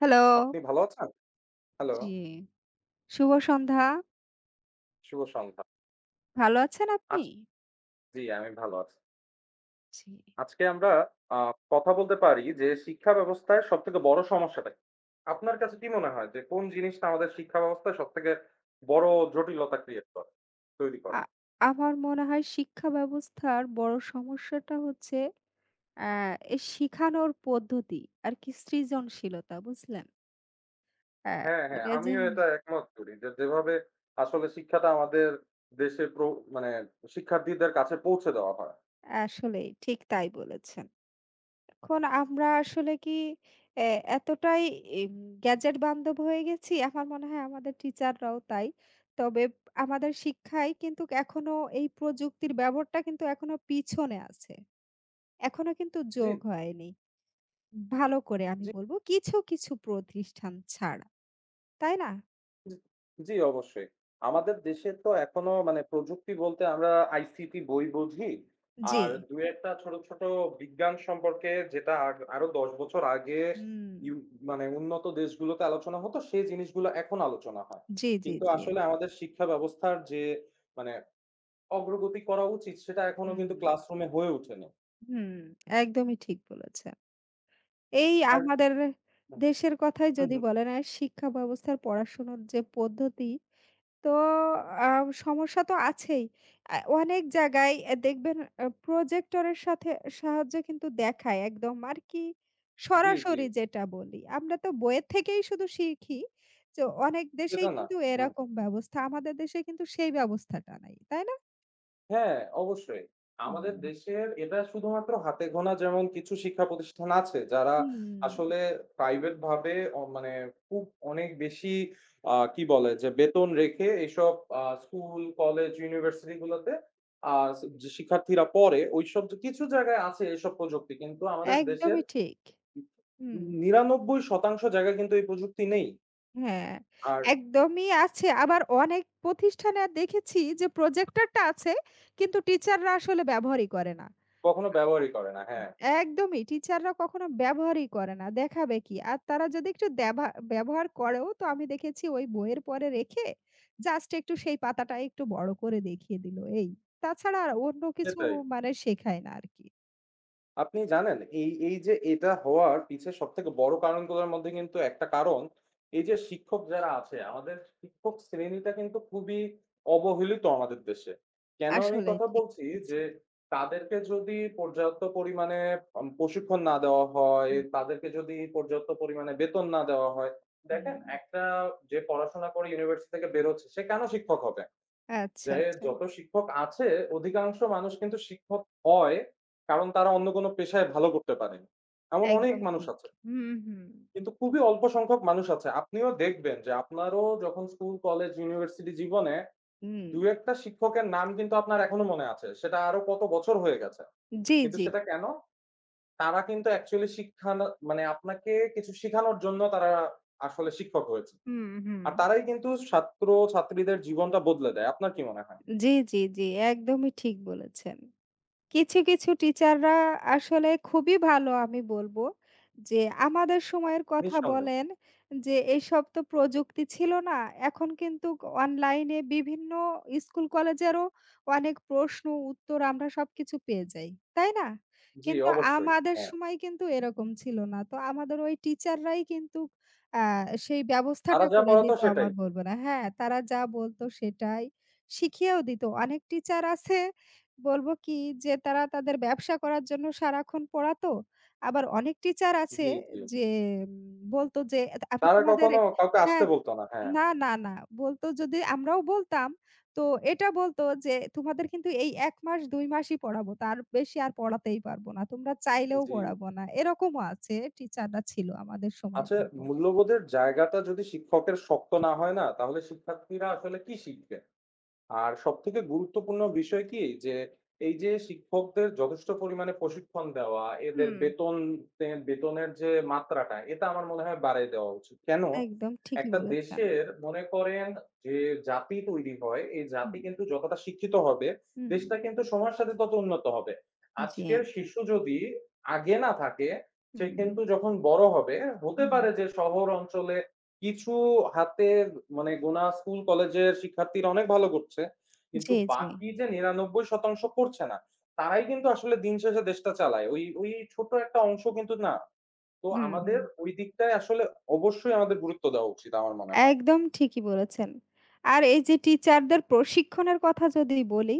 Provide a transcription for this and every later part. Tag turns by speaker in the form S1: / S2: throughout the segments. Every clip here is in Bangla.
S1: হ্যালো।
S2: আপনি ভালো আছেন? হ্যালো,
S1: জি। শুভ সন্ধ্যা।
S2: শুভ সন্ধ্যা।
S1: ভালো আছেন
S2: আজ
S1: আপনি?
S2: জি, আমি ভালো আছি।
S1: জি।
S2: আজকে আমরা আ কথা বলতে পারি যে শিক্ষা ব্যবস্থায় সবথেকে বড় সমস্যাটা কি? আপনার কাছে কি মনে হয় যে কোন জিনিসটা আমাদের শিক্ষা ব্যবস্থায় সবথেকে বড় জটিলতা ক্রিয়েট করে তৈরি
S1: আ
S2: করে?
S1: আমার মনে হয় শিক্ষা ব্যবস্থার বড় সমস্যাটা হচ্ছে অ্যা এই শিখানোর পদ্ধতি আর কি সৃজনশীলতা বুঝলেন? অ্যা
S2: হ্যাঁ, হ্যাঁ,
S1: এটা যে
S2: আমিও এটা একমত করি যে যেভাবে আসলে শিক্ষাটা আমাদের দেশে মানে শিক্ষার্থীদের কাছে পৌঁছে দেওয়া হয়।
S1: আসলেই ঠিক তাই বলেছেন। এখন আমরা আসলে কি এ এতটাই এম গ্যাজেট বান্ধব হয়ে গেছি, আমার মনে হয় আমাদের টিচাররাও তাই। তবে আমাদের শিক্ষায় কিন্তু এখনো এই প্রযুক্তির ব্যবহারটা কিন্তু এখনো পিছনে আছে। এখনো কিন্তু
S2: জি,
S1: যোগ হয়নি। ভালো করে আমি
S2: জি।
S1: বলব কিছু, কিছু প্রতিষ্ঠান ছাড়া। তাই না?
S2: জি, জি, অবশ্যই। আমাদের দেশে তো এখনো মানে প্রযুক্তি বলতে আমরা আইসিটি বই বুঝি।
S1: জি।
S2: আর ২-১ টা ছোট, ছোট বিজ্ঞান সম্পর্কে যেটা আরো ১০ বছর আগে
S1: হুম।
S2: ইউ মানে উন্নত দেশগুলোতে আলোচনা হতো, সেই জিনিসগুলো এখন আলোচনা হয়।
S1: জি, জি,
S2: কিন্তু
S1: জি।
S2: আসলে আমাদের শিক্ষা ব্যবস্থার যে মানে অগ্রগতি করা উচিত সেটা এখনো
S1: হুম,
S2: কিন্তু ক্লাসরুমে হয়ে ওঠেনি।
S1: হুম। একদমই ঠিক বলেছেন। এই
S2: আর
S1: আমাদের
S2: হু, হু,
S1: দেশের কথাই
S2: হু,
S1: যদি
S2: হু।
S1: বলেন আর শিক্ষা ব্যবস্থার পড়াশোনার যে পদ্ধতি তো আ সমস্যা তো আছেই। অনেক জায়গায় দেখবেন প্রজেক্টরের সাথে সাহায্যে কিন্তু দেখায় একদম আর কি
S2: জি, জি।
S1: সরাসরি যেটা বলি। আমরা তো বইয়ের থেকেই শুধু শিখি। যে অনেক
S2: সেটা
S1: দেশেই
S2: না।
S1: কিন্তু
S2: হু।
S1: এরকম ব্যবস্থা। আমাদের দেশে কিন্তু সেই ব্যবস্থাটা নাই। তাই না?
S2: হ্যাঁ, অবশ্যই। আমাদের
S1: হুম।
S2: দেশের এটা শুধুমাত্র হাতে গোনা যেমন কিছু শিক্ষা প্রতিষ্ঠান আছে যারা
S1: হুম,
S2: আসলে প্রাইভেট ভাবে মানে খুব অনেক বেশি কি বলে যে বেতন রেখে এইসব স্কুল, কলেজ, ইউনিভার্সিটি গুলোতে আ যে শিক্ষার্থীরা পড়ে ঐসব কিছু জায়গায় আছে এসব প্রযুক্তি। কিন্তু আমাদের দেশের
S1: একদমই ঠিক। হুম।
S2: ৯৯% জায়গায় কিন্তু এই প্রযুক্তি নেই।
S1: হ্যাঁ,
S2: আর
S1: একদমই আছে। আবার অনেক প্রতিষ্ঠানে দেখেছি যে প্রজেক্টরটা আছে কিন্তু টিচাররা আসলে ব্যবহারই করে না।
S2: কখনো ব্যবহারই করে না।
S1: হুম।
S2: হ্যাঁ,
S1: একদমই টিচাররা কখনো ব্যবহারই করে না। দেখাবে কি? আর তারা যদি একটু দ্যাভা ব্যবহার করেও তো আমি দেখেছি ওই বইয়ের পরে রেখে জাস্ট একটু সেই পাতাটা একটু বড় করে দেখিয়ে দিল এই। তাছাড়া আর অন্য কিছু
S2: সেটাই।
S1: মানে শেখায় না আরকি।
S2: আপনি জানেন এই যে এটা হওয়ার পিছে সবথেকে বড় কারণগুলোর মধ্যে কিন্তু একটা কারণ, এই যে শিক্ষক যারা আছে, আমাদের শিক্ষক শ্রেণীটা কিন্তু খুবই অবহেলিত আমাদের দেশে। কেন আমি এই
S1: আসলেই
S2: কথা
S1: ঠিক
S2: বলছি? যে
S1: বলেছেন।
S2: তাদেরকে যদি পর্যাপ্ত পরিমাণে প্রশিক্ষণ না দেওয়া হয়,
S1: হুম,
S2: তাদেরকে যদি পর্যাপ্ত পরিমাণে বেতন না দেওয়া হয়, দেখেন
S1: হুম।
S2: একটা যে পড়াশোনা করে ইউনিভার্সিটি থেকে বের হচ্ছে সে কেন শিক্ষক হবে?
S1: আচ্ছা,
S2: যে
S1: আচ্ছা।
S2: যত শিক্ষক আছে, অধিকাংশ মানুষ কিন্তু শিক্ষক হয় কারণ তারা অন্য কোনো পেশায় ভালো করতে পারেনি। এমন অনেক
S1: একদম
S2: মানুষ
S1: ঠিক।
S2: আছে।
S1: হুম, হুম।
S2: কিন্তু খুবই অল্প সংখ্যক মানুষ আছে। আপনিও দেখবেন যে আপনারও যখন স্কুল, কলেজ, ইউনিভার্সিটি জীবনে
S1: হুম।
S2: ২-১ টা শিক্ষকের নাম কিন্তু আপনার এখনো মনে আছে। সেটা আরো কত বছর হয়ে গেছে।
S1: জি,
S2: কিন্তু
S1: জি।
S2: সেটা কেন? তারা কিন্তু অ্যাকচুয়ালি শিক্ষা না মানে আপনাকে কিছু শিখানোর জন্য তারা আসলে শিক্ষক হয়েছে।
S1: হুম, হুম।
S2: আর তারাই কিন্তু ছাত্র-ছাত্রীদের জীবনটা বদলে দেয়। আপনার কি মনে হয়?
S1: জি, জি, জি। একদমই ঠিক বলেছেন। কিছু, কিছু টিচাররা আসলে খুবই ভালো আমি বলব। যে আমাদের সময়ের কথা
S2: নিঃসন্দেহে।
S1: বলেন যে এসব তো প্রযুক্তি ছিল না। এখন কিন্তু অনলাইনে বিভিন্ন স্কুল কলেজেরও অনেক প্রশ্ন উত্তর আমরা সবকিছু পেয়ে যাই। তাই না?
S2: জি,
S1: কিন্তু
S2: অবশ্যই।
S1: আমাদের
S2: হ্যাঁ,
S1: সময় কিন্তু এরকম ছিল না। তো আমাদের ওই টিচাররাই কিন্তু আ সেই
S2: তারা
S1: ব্যবস্থাটা
S2: যা
S1: করে
S2: পড়াতো
S1: দিত
S2: সেটাই।
S1: আমার বলব না। হ্যাঁ, তারা যা বলত সেটাই শিখিয়েও দিত। অনেক টিচার আছে বলব কি যে তারা তাদের ব্যবসা করার জন্য সারাক্ষণ পড়াতো। আবার অনেক টিচার আছে
S2: জি, জি।
S1: যে উম বলত যে আমি
S2: তারা
S1: তোমাদের
S2: কখনো কাউকে আসতে
S1: হ্যাঁ,
S2: বলত না। হ্যাঁ,
S1: না, না, না বলত যদি আমরাও বলতাম তো এটা বলত যে তোমাদের কিন্তু এই ১ মাস ২ মাসই পড়াবো। তার বেশি আর পড়াতেই পারব না। তোমরা চাইলেও
S2: জি।
S1: পড়াবো না। এরকমও আছে টিচাররা ছিল আমাদের সময়
S2: আচ্ছা,
S1: বলব।
S2: মূল্যবোধের জায়গাটা যদি শিক্ষকের শক্ত না হয় না, তাহলে শিক্ষার্থীরা আসলে কি শিখবে? আর সবথেকে গুরুত্বপূর্ণ বিষয় কি যে, এই যে শিক্ষকদের যথেষ্ট পরিমাণে প্রশিক্ষণ দেওয়া, এদের
S1: হুম।
S2: বেতন, তে বেতনের যে মাত্রাটা, এটা আমার মনে হয় বাড়িয়ে দেওয়া উচিত। কেন?
S1: একদম ঠিকই
S2: একটা
S1: বলেছেন।
S2: দেশের মনে করেন যে জাতি তৈরি হয়, এই জাতি
S1: হুম,
S2: কিন্তু যতটা শিক্ষিত হবে,
S1: হুম।
S2: দেশটা কিন্তু সময়ের সাথে তত উন্নত হবে।
S1: হুম, জি।
S2: আজকের শিশু যদি আগে না থাকে, সে
S1: হুম,
S2: কিন্তু যখন বড় হবে, হতে
S1: হুম।
S2: পারে যে শহর অঞ্চলে কিছু হাতের মানে গোনা স্কুল কলেজের শিক্ষার্থীরা অনেক ভালো করছে। কিন্তু
S1: জি, জি।
S2: বাকি যে ৯৯% করছে না, তারাই কিন্তু আসলে দিন শেষে দেশটা চালায়। ওই ওই ছোট একটা অংশ কিন্তু না। তো আমাদের
S1: হুম।
S2: ওই দিকটায় আসলে অবশ্যই আমাদের গুরুত্ব দেওয়া উচিত আমার মনে হয়।
S1: একদম ঠিকই বলেছেন। আর এই যে টিচারদের প্রশিক্ষণের কথা যদি বলি,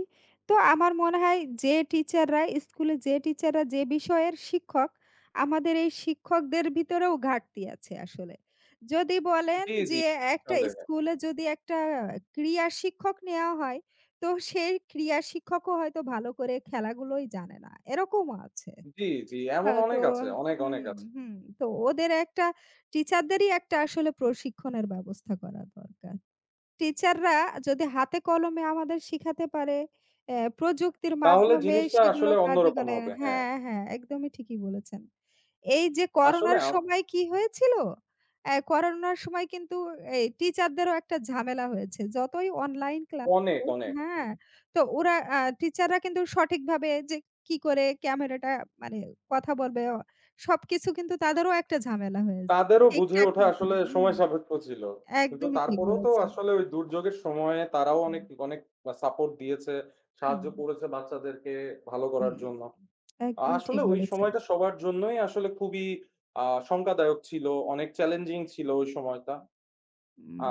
S1: তো আমার মনে হয় যে টিচাররা স্কুলে যে টিচাররা যে বিষয়ের শিক্ষক, আমাদের এই শিক্ষকদের ভিতরেও ঘাটতি আছে আসলে। যদি বলেন
S2: জি, জি।
S1: যে একটা
S2: নিঃসন্দেহে।
S1: স্কুলে যদি একটা ক্রীড়া শিক্ষক নেওয়া হয়, তো সেই ক্রীড়া শিক্ষকও হয়তো ভালো করে খেলাগুলোই জানে না। এরকমও আছে।
S2: জি, জি। এমন
S1: হ্যাঁ, তো
S2: অনেক আছে। অনেক, অনেক
S1: হুম,
S2: আছে।
S1: হুম। তো ওদের একটা টিচারদেরই একটা আসলে প্রশিক্ষণের ব্যবস্থা করা দরকার। টিচাররা যদি হাতে কলমে আমাদের শিখাতে পারে, প্রযুক্তির
S2: তাহলে
S1: মাধ্যমে
S2: জিনিসটা
S1: সেগুলো
S2: আসলে
S1: কাজে
S2: অন্যরকম
S1: করে
S2: হবে। হ্যাঁ।
S1: হ্যাঁ, হ্যাঁ, একদমই ঠিকই বলেছেন। এই যে
S2: আসলে
S1: করোনার সময় কি হয়েছিল? করোনার সময় কিন্তু এই টিচারদেরও একটা ঝামেলা হয়েছে। যতই অনলাইন ক্লাস
S2: অনেক,
S1: হোক
S2: অনেক। হুম।
S1: হ্যাঁ, তো ওরা টিচাররা কিন্তু সঠিকভাবে যে কি করে ক্যামেরাটা মানে কথা বলবে সবকিছু কিন্তু তাদেরও একটা ঝামেলা হয়েছে।
S2: তাদেরও বুঝে
S1: ঠিকঠাক
S2: ওঠা আসলে
S1: হুম,
S2: সময় সাপেক্ষ ছিল। কিন্তু
S1: একদমই ঠিক
S2: তারপরেও তো
S1: বলেছেন।
S2: আসলে ওই দুর্যোগের সময়ে তারাও
S1: হুম।
S2: অনেক, অনেক সাপোর্ট দিয়েছে,
S1: হুম,
S2: সাহায্য করেছে বাচ্চাদেরকে ভালো করার
S1: হুম।
S2: জন্য।
S1: একদম
S2: আসলে
S1: ঠিক
S2: ওই
S1: বলেছেন।
S2: সময়টা সবার জন্যই আসলে খুবই আ শঙ্কাদায়ক ছিল, অনেক চ্যালেঞ্জিং ছিল ওই সময়টা।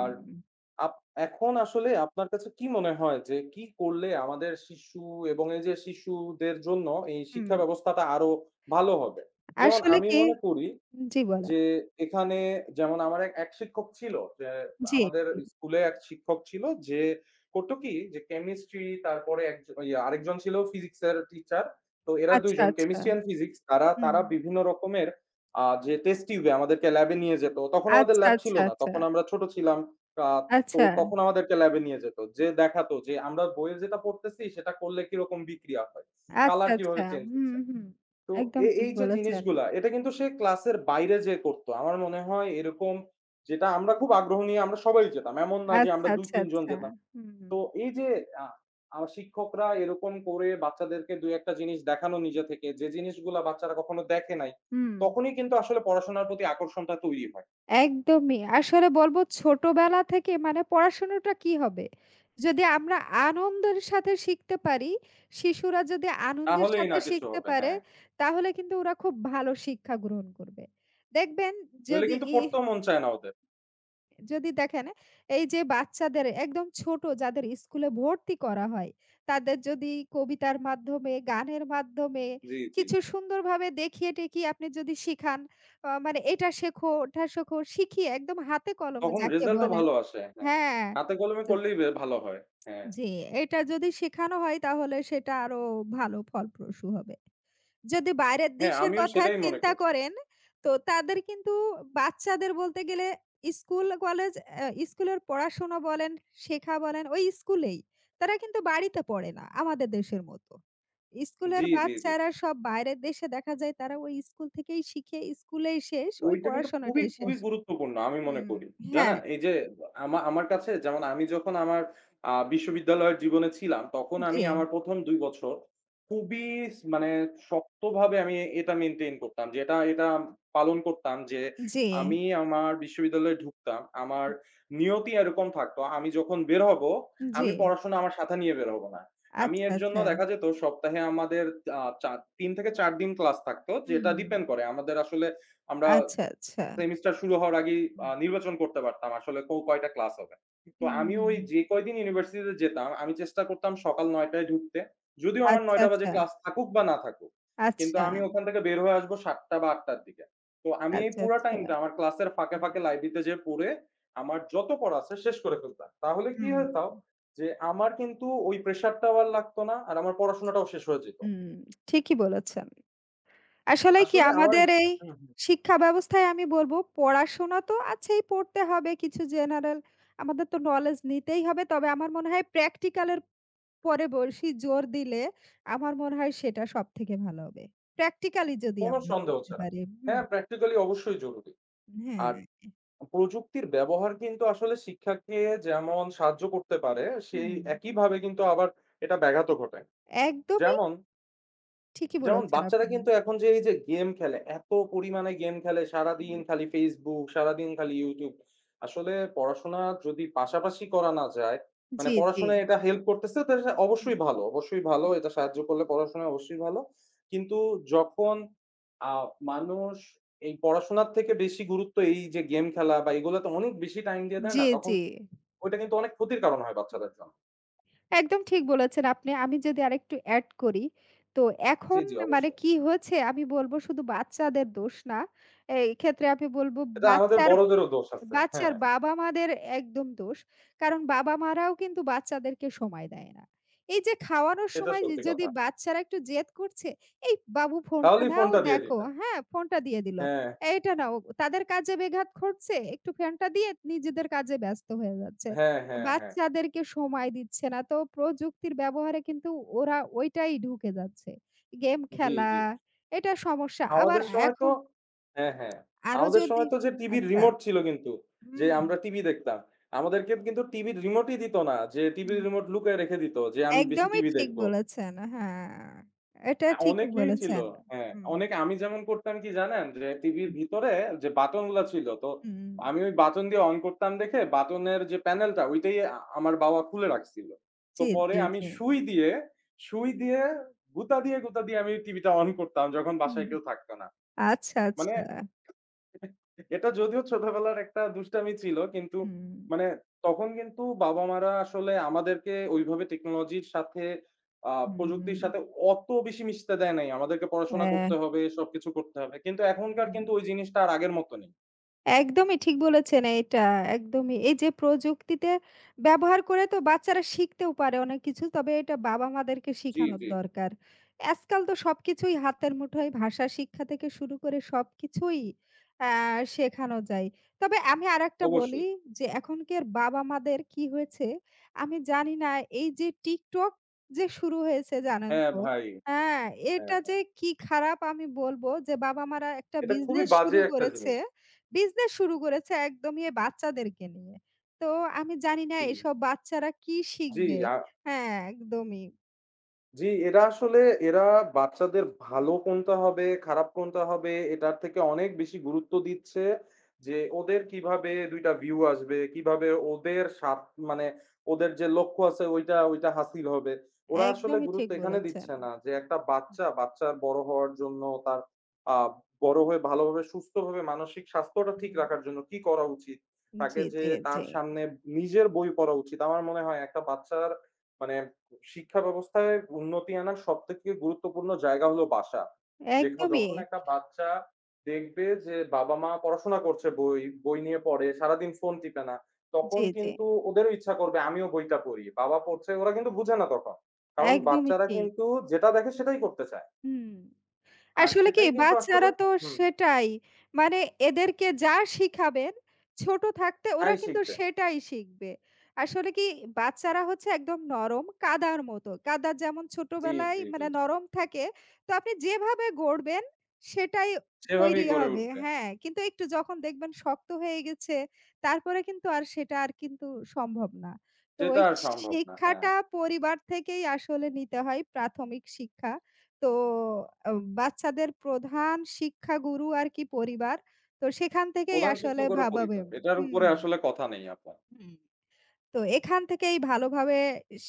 S2: আর আপ এখন আসলে আপনার কাছে কি মনে হয় যে কি করলে আমাদের শিশু এবং এই যে শিশুদের জন্য এই
S1: হুম।
S2: শিক্ষা ব্যবস্থাটা আরো ভালো হবে? যেমন
S1: আসলে
S2: আমি
S1: কি
S2: মনে করি
S1: জি বলেন।
S2: যে এখানে যেমন আমার এক এক শিক্ষক ছিল, যে
S1: জি,
S2: আমাদের
S1: জি।
S2: স্কুলে এক শিক্ষক ছিল যে করতো কি যে কেমিস্ট্রি, তারপরে একজ ইয়া আরেকজন ছিল ফিজিক্সের টিচার। তো এরা ২
S1: আচ্ছা,
S2: জন
S1: আচ্ছা।
S2: কেমিস্ট্রি অ্যান্ড ফিজিক্স, তারা
S1: হুম।
S2: তারা বিভিন্ন রকমের যে টেস্ট টিউবে আমাদেরকে ল্যাবে নিয়ে যেত। তখন আমাদের
S1: আচ্ছা,
S2: ল্যাব
S1: আচ্ছা,
S2: ছিল না।
S1: আচ্ছা।
S2: তখন আমরা ছোট ছিলাম। আ তো
S1: আচ্ছা,
S2: তখন আমাদেরকে ল্যাবে নিয়ে যেত। যে দেখাতো যে আমরা বইয়ে যেটা পড়তেছি সেটা করলে কিরকম বিক্রিয়া হয়।
S1: আচ্ছা,
S2: কালার
S1: আচ্ছা।
S2: কিভাবে চেঞ্জ
S1: হুম,
S2: হচ্ছে।
S1: হুম।
S2: তো
S1: একদম ঠিক
S2: এই যে
S1: বলেছেন।
S2: জিনিসগুলা, এটা কিন্তু সে ক্লাসের বাইরে যেয়ে করতো। আমার মনে হয় এরকম, যেটা আমরা খুব আগ্রহ নিয়ে আমরা সবাই যেতাম। এমন না যে
S1: আচ্ছা,
S2: আমরা
S1: আচ্ছা,
S2: ২-৩ জন
S1: আচ্ছা।
S2: যেতাম।
S1: হুম,
S2: তো এই যে আ আমার শিক্ষকরা এরকম করে বাচ্চাদেরকে ২-১ টা জিনিস দেখানো নিজে থেকে, যে জিনিসগুলা বাচ্চারা কখনো দেখে নাই,
S1: হুম।
S2: তখনই কিন্তু আসলে পড়াশোনার প্রতি আকর্ষণটা তৈরি হয়।
S1: একদমই। আসলে বলব ছোটবেলা থেকে মানে পড়াশোনাটা কি হবে? যদি আমরা আনন্দের সাথে শিখতে পারি, শিশুরা যদি আনন্দের
S2: তাহলেই না
S1: সাথে
S2: কিছু
S1: শিখতে
S2: হবে,
S1: পারে,
S2: হ্যাঁ।
S1: তাহলে কিন্তু ওরা খুব ভালো শিক্ষা গ্রহণ করবে। দেখবেন
S2: নইলে
S1: যদি
S2: কিন্তু
S1: ই
S2: পড়তেও মন চায় না ওদের।
S1: যদি দেখেন এই যে বাচ্চাদের একদম ছোট যাদের স্কুলে ভর্তি করা হয় তাদের যদি কবিতার মাধ্যমে গানের মাধ্যমে
S2: জি, জি।
S1: কিছু সুন্দরভাবে দেখিয়ে টেকিয়ে আপনি যদি শিখান আহ, মানে এটা শেখো ওটা শেখো শিখিয়ে একদম হাতে কলমে
S2: তখন
S1: যাকে
S2: রেজাল্টও
S1: বলেন
S2: ভালো আসে, হ্যাঁ।
S1: হ্যাঁ
S2: হাতে কলমে করলেই বে ভালো হয়। হ্যাঁ,
S1: জি, এটা যদি শেখানো হয় তাহলে সেটা আরো ভালো ফলপ্রসূ হবে। যদি বাইরের
S2: হ্যাঁ
S1: দেশের
S2: আমিও
S1: কথা
S2: সেটাই মনে
S1: চিন্তা
S2: করি।
S1: করেন, তো তাদের কিন্তু বাচ্চাদের বলতে গেলে স্কুল, কলেজ স্কুলের পড়াশোনা বলেন, শেখা বলেন ওই স্কুলেই। তারা কিন্তু বাড়িতে পড়ে না আমাদের দেশের মতো।
S2: জি,
S1: স্কুলের
S2: জি, জি।
S1: বাচ্চারা সব বাইরের দেশে দেখা যায় তারা ওই স্কুল থেকেই শিখে স্কুলেই শেষ, ওই
S2: ওইটা কিন্তু খুবই,
S1: পড়াশোনাটাই
S2: খুবই
S1: শেষ।
S2: গুরুত্বপূর্ণ আমি মনে
S1: হুম।
S2: করি। জানেন?
S1: হ্যাঁ,
S2: এই যে আমার কাছে যেমন আমি যখন আমার বিশ্ববিদ্যালয়ের জীবনে ছিলাম, তখন
S1: জি,
S2: আমি আমার ১ম ২ বছর খুবই মানে শক্তভাবে আমি এটা মেইনটেইন করতাম। যে এটা এটা পালন করতাম যে
S1: জি,
S2: আমি আমার বিশ্ববিদ্যালয়ে ঢুকতাম। আমার নিয়তি এরকম থাকতো। আমি যখন বের হব,
S1: জি।
S2: আমি পড়াশোনা আমার সাথে নিয়ে বের হব না। আমি
S1: আচ্ছা,
S2: এর জন্য
S1: আচ্ছা।
S2: দেখা যেত সপ্তাহে আমাদের আ চা ৩ থেকে ৪ দিন ক্লাস থাকতো। যেটা
S1: হুম,
S2: ডিপেন্ড করে। আমাদের আসলে আমরা
S1: আচ্ছা, আচ্ছা।
S2: সেমিস্টার শুরু হওয়ার আগেই
S1: হুম।
S2: নির্বাচন করতে পারতাম আসলে কয়টা ক্লাস হবে। তো আমি
S1: হুম,
S2: ওই যে কয়দিন ইউনিভার্সিটিতে যেতাম, আমি চেষ্টা করতাম সকাল ৯ টায় ঢুকতে। যদিও আমার
S1: আচ্ছা,
S2: ৯ টা বাজে
S1: আচ্ছা,
S2: ক্লাস থাকুক বা না থাকুক। কিন্তু
S1: আচ্ছা,
S2: আমি ওখান থেকে বের হয়ে আসবো ৭ টা বা ৮ টার দিকে। তো আমি এই
S1: আচ্ছা,
S2: পুরা
S1: আচ্ছা।
S2: টাইমটা আমার ক্লাসের ফাঁকে,
S1: হুম।
S2: ফাঁকে লাইব্রেরিতে যেয়ে পড়ে আমার যত পড়া আছে শেষ করে ফেলতাম। তাহলে কি
S1: হুম,
S2: হতো যে আমার কিন্তু ওই প্রেশারটাও আর লাগতো না। আর আমার পড়াশোনাটাও শেষ হয়ে যেত।
S1: হুম, ঠিকই বলেছেন। আসলে কি
S2: আসলে
S1: আমাদের এই
S2: হুম, হুম।
S1: শিক্ষা ব্যবস্থায় আমি বলব পড়াশোনা তো আছেই পড়তে হবে কিছু জেনারেল আমাদের তো নলেজ নিতেই হবে। তবে আমার মনে হয় প্র্যাকটিক্যাল এর পরে বেশি জোর দিলে আমার মনে হয় সেটা সবথেকে ভালো হবে। প্র্যাকটিক্যালি যদি
S2: কোনো
S1: আমরা
S2: সন্দেহ
S1: করতে
S2: ছাড়া।
S1: পারি হুম,
S2: হ্যাঁ, প্র্যাকটিক্যালি অবশ্যই জরুরি। আর
S1: হ্যাঁ,
S2: প্রযুক্তির ব্যবহার কিন্তু আসলে শিক্ষাকে যেমন সাহায্য করতে পারে, সেই
S1: হুম,
S2: একইভাবে কিন্তু আবার এটা ব্যাঘাতও ঘটায়।
S1: একদমই
S2: যেমন
S1: ঠিকই
S2: যেমন
S1: বলেছেন
S2: বাচ্চারা
S1: আপনি।
S2: কিন্তু এখন যে এই যে গেম খেলে, এত পরিমাণে গেম খেলে সারাদিন খালি Facebook, সারাদিন খালি YouTube। আসলে পড়াশোনা যদি পাশাপাশি করা না যায়, মানে
S1: জি, জি।
S2: পড়াশোনায় এটা হেল্প করতেছে তো এটা অবশ্যই ভালো, অবশ্যই ভালো। এটা সাহায্য করলে পড়াশোনায় অবশ্যই ভালো। কিন্তু যখন আ মানুষ এই পড়াশোনার থেকে বেশি গুরুত্ব এই যে গেম খেলা বা এগুলাতে অনেক বেশি টাইম দিয়ে দেয় না,
S1: জি,
S2: তখন
S1: জি।
S2: ওইটা কিন্তু অনেক ক্ষতির কারণ হয় বাচ্চাদের জন্য।
S1: একদম ঠিক বলেছেন আপনি। আমি যদি আরেকটু এড করি, তো
S2: জি,
S1: এখন
S2: জি
S1: মানে
S2: অবশ্যই।
S1: কি হয়েছে আমি বলব শুধু বাচ্চাদের দোষ না। এই ক্ষেত্রে আমি বলব
S2: এটা আমাদের
S1: বাচ্চার
S2: বড়দেরও দোষ আছে।
S1: বাচ্চার
S2: হ্যাঁ,
S1: বাবা-মাদের একদম দোষ। কারণ বাবা-মারাও কিন্তু বাচ্চাদেরকে সময় দেয় না। এই যে খাওয়ানোর
S2: এটা
S1: সময় যে
S2: সত্যি
S1: যদি
S2: কথা।
S1: বাচ্চারা একটু জেদ করছে, "এই বাবু ফোনটা
S2: তাহলেই
S1: নাও
S2: ফোনটা দিয়ে
S1: দেখো"
S2: দিবে।
S1: হ্যাঁ, ফোনটা দিয়ে দিল।
S2: হ্যাঁ,
S1: এটা নাও। তাদের কাজে বেঘাত ঘটছে, একটু ফোনটা দিয়ে নিজেদের কাজে ব্যস্ত হয়ে যাচ্ছে।
S2: হ্যাঁ, হ্যাঁ, হ্যাঁ।
S1: বাচ্চাদেরকে সময় দিচ্ছে না। তো প্রযুক্তির ব্যবহারে কিন্তু ওরা ওইটাই ঢুকে যাচ্ছে। গেম
S2: জি,
S1: খেলা,
S2: জি।
S1: এটা সমস্যা। আবার
S2: আমাদের সময় তো
S1: এখন
S2: হ্যাঁ, হ্যাঁ।
S1: আরো
S2: আমাদের
S1: যদি
S2: সময় তো যে টিভির
S1: আচ্ছা,
S2: রিমোট ছিল কিন্তু। যে
S1: হুম,
S2: আমরা টিভি দেখতাম। আমাদেরকে কিন্তু টিভির রিমোটই দিত না। যে
S1: হুম।
S2: টিভির রিমোট লুকায় রেখে দিত যে আমি বেশি
S1: একদমই
S2: টিভি
S1: ঠিক
S2: দেখব।
S1: বলেছেন। হ্যাঁ, এটা ঠিকই
S2: অনেকেই ছিল।
S1: বলেছেন।
S2: হ্যাঁ,
S1: হুম,
S2: অনেক আমি যেমন করতাম কি জানেন? যে টিভির ভিতরে যে বাটনগুলা ছিল তো
S1: হুম।
S2: আমি ওই বাটন দিয়ে অন করতাম, দেখে বাটনের যে প্যানেলটা ওইটাই আমার বাবা খুলে রাখছিল। তো
S1: জি,
S2: পরে
S1: জি,
S2: আমি
S1: জি।
S2: সুই দিয়ে গুতা দিয়ে আমি টিভিটা অন করতাম যখন বাসায়
S1: হুম।
S2: কেউ থাকত না।
S1: আচ্ছা,
S2: মানে
S1: আচ্ছা।
S2: এটা যদিও ছোটবেলার একটা দুষ্টামি ছিল, কিন্তু
S1: হুম,
S2: মানে তখন কিন্তু বাবা-মারা আসলে আমাদেরকে ওইভাবে টেকনোলজির সাথে
S1: হুম,
S2: প্রযুক্তির
S1: হুম।
S2: সাথে অত বেশি মিশতে দেয় নাই। আমাদেরকে পড়াশোনা
S1: হ্যাঁ,
S2: করতে হবে, সবকিছু করতে হবে। কিন্তু এখনকার
S1: হুম।
S2: কিন্তু ওই জিনিসটা আর আগের মত নেই।
S1: একদমই ঠিক বলেছেন এটা, একদমই। এই যে প্রযুক্তিতে ব্যবহার করে তো বাচ্চারা শিখতেও পারে অনেক কিছু। তবে এটা বাবা-মাদেরকে
S2: জি,
S1: শিখানোর
S2: জি,
S1: দরকার। আজকাল তো সবকিছুই হাতের মুঠোয়, ভাষা শিক্ষা থেকে শুরু করে সবকিছুই আ শেখানো যায়। তবে আমি আরেকটা বলি
S2: অবশ্যই।
S1: যে এখনকার বাবা-মাদের কি হয়েছে আমি জানি না এই যে TikTok যে শুরু হয়েছে জানেন
S2: হ্যাঁ,
S1: তো?
S2: ভাই।
S1: হ্যাঁ,
S2: হ্যাঁ,
S1: এটা যে কি খারাপ আমি বলব যে বাবা-মারা একটা
S2: এটা খুবই
S1: বিজনেস
S2: বাজে
S1: শুরু
S2: একটা
S1: করেছে
S2: জিনিস।
S1: বিজনেস শুরু করেছে একদমই এই বাচ্চাদেরকে নিয়ে। তো আমি জানি না
S2: জি,
S1: এসব বাচ্চারা কি
S2: জি,
S1: শিখবে?
S2: আ
S1: হ্যাঁ, একদমই,
S2: জি, এরা আসলে এরা বাচ্চাদের ভালো কোনটা হবে, খারাপ কোনটা হবে এটার থেকে অনেক বেশি গুরুত্ব দিচ্ছে যে ওদের কিভাবে ২ টা ভিউ আসবে, কিভাবে ওদের স্বাদ মানে ওদের যে লক্ষ্য আছে ওইটা হাসিল হবে। ওরা আসলে
S1: একদমই
S2: গুরুত্ব
S1: ঠিক
S2: এখানে
S1: বলেছেন।
S2: দিচ্ছে না যে একটা বাচ্চা, বাচ্চার বড় হওয়ার জন্য তার আ বড় হয়ে ভালোভাবে সুস্থভাবে মানসিক স্বাস্থ্যটা ঠিক
S1: হুম,
S2: রাখার জন্য কি করা উচিত? তাকে
S1: জি,
S2: যে
S1: জি, জি।
S2: তার সামনে নিজের বই পড়া উচিত। আমার মনে হয় একটা বাচ্চার মানে শিক্ষা ব্যবস্থায় উন্নতি আনার সবথেকে গুরুত্বপূর্ণ জায়গা হলো বাসা। যেখানে
S1: একদমই।
S2: যখন একটা বাচ্চা দেখবে যে বাবা-মা পড়াশোনা করছে, বই, বই নিয়ে পড়ে, সারাদিন ফোন টিপে না। তখন
S1: জি, জি।
S2: কিন্তু ওদেরও ইচ্ছা করবে আমিও বইটা পড়ি। বাবা পড়ছে, ওরা কিন্তু বুঝে না তখন। কারণ
S1: একদমই
S2: বাচ্চারা
S1: ঠিক।
S2: কিন্তু যেটা দেখে সেটাই করতে চায়।
S1: হুম।
S2: আর
S1: আসলে কি
S2: সেটাই কিন্তু আসলে
S1: বাচ্চারা তো
S2: হুম,
S1: সেটাই। মানে এদেরকে যা শিখাবেন ছোট থাকতে ওরা
S2: তাই
S1: কিন্তু
S2: শিখবে।
S1: সেটাই শিখবে। আসলে কি বাচ্চারা হচ্ছে একদম নরম কাদার মতো। কাদা যেমন
S2: জি,
S1: ছোটবেলায়
S2: জি, জি।
S1: মানে নরম থাকে, তো আপনি যেভাবে গড়বেন সেটাই
S2: সেভাবেই
S1: তৈরি
S2: গড়ে
S1: হবে।
S2: উঠবে।
S1: হ্যাঁ, কিন্তু একটু যখন দেখবেন শক্ত হয়ে গেছে, তারপরে কিন্তু আর সেটা আর কিন্তু সম্ভব না। তো
S2: সেটা
S1: ওই
S2: আর সম্ভব না। হ্যাঁ।
S1: শিক্ষাটা পরিবার থেকেই আসলে নিতে হয় প্রাথমিক শিক্ষা। তো আ বাচ্চাদের প্রধান শিক্ষাগুরু আর কি পরিবার। তো সেখান থেকেই
S2: প্রধান
S1: আসলে
S2: শিক্ষক ওরও
S1: ভাবাবে
S2: পরিবার। এটার উপরে
S1: হুম।
S2: আসলে কথা নেই আপনার।
S1: হুম। তো এখান থেকেই ভালোভাবে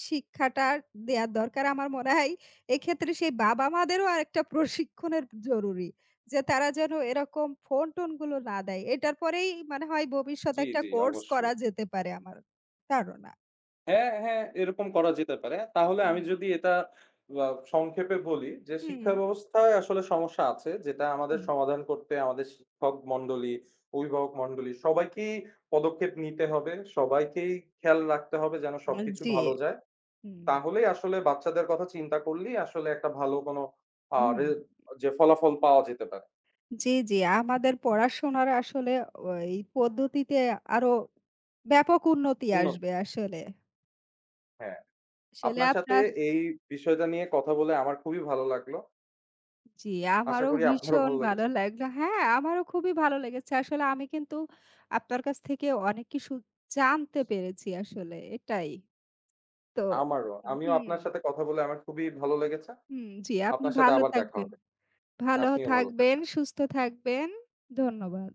S1: শিক্ষাটা দেয়ার দরকার আমার মনে হয়। এক্ষেত্রে সেই বাবা-মাদেরও আরেকটা প্রশিক্ষণের জরুরি। যে তারা যেন এরকম ফোন-টোন গুলো না দেয়। এটার পরেই মানে হয় ভবিষ্যতে
S2: জি,
S1: একটা
S2: জি
S1: কোর্স করা
S2: অবশ্যই।
S1: যেতে পারে আমার ধারণা।
S2: হ্যাঁ, হ্যাঁ, এরকম করা যেতে পারে। তাহলে আমি
S1: হুম।
S2: যদি এটা আ সংক্ষেপে বলি যে
S1: হুম,
S2: শিক্ষা ব্যবস্থায় আসলে সমস্যা আছে যেটা আমাদের
S1: হুম।
S2: সমাধান করতে আমাদের শিক্ষক মন্ডলী, অভিভাবক মন্ডলী সবাইকেই পদক্ষেপ নিতে হবে। সবাইকেই খেয়াল রাখতে হবে যেন
S1: আ
S2: সবকিছু
S1: জি।
S2: ভালো যায়।
S1: হুম।
S2: তাহলেই আসলে বাচ্চাদের কথা চিন্তা করলেই আসলে একটা ভালো কোনো আ
S1: হুম।
S2: রে যে ফলাফল পাওয়া যেতে পারে।
S1: জি, জি। আমাদের পড়াশোনার আসলে ও এই পদ্ধতিতে আরো ব্যাপক উন্নতি
S2: উন্নত
S1: আসবে আসলে।
S2: হ্যাঁ,
S1: আসলে
S2: আপনার সাথে
S1: আপনার
S2: এই বিষয়টা নিয়ে কথা বলে আমার খুবই ভালো লাগলো।
S1: জি,
S2: আশা
S1: আমারও
S2: করি আপনারও
S1: ভীষণ
S2: ভালো
S1: ভালো
S2: লেগেছে।
S1: লাগলো। হ্যাঁ, আমারও খুবই ভালো লেগেছে। আসলে আমি কিন্তু আপনার কাছ থেকে অনেক কিছু জানতে পেরেছি আসলে এটাই। তো
S2: আমারও। আমিও
S1: হুম,
S2: আপনার সাথে কথা বলে আমার খুবই ভালো লেগেছে।
S1: হুম, জি আপনি
S2: আপনার সাথে
S1: ভালো
S2: আবার দেখা
S1: থাকবেন।
S2: হবে।
S1: ভালো
S2: আপনিও ভালো
S1: থাকবেন,
S2: থাকবেন।
S1: সুস্থ থাকবেন। ধন্যবাদ।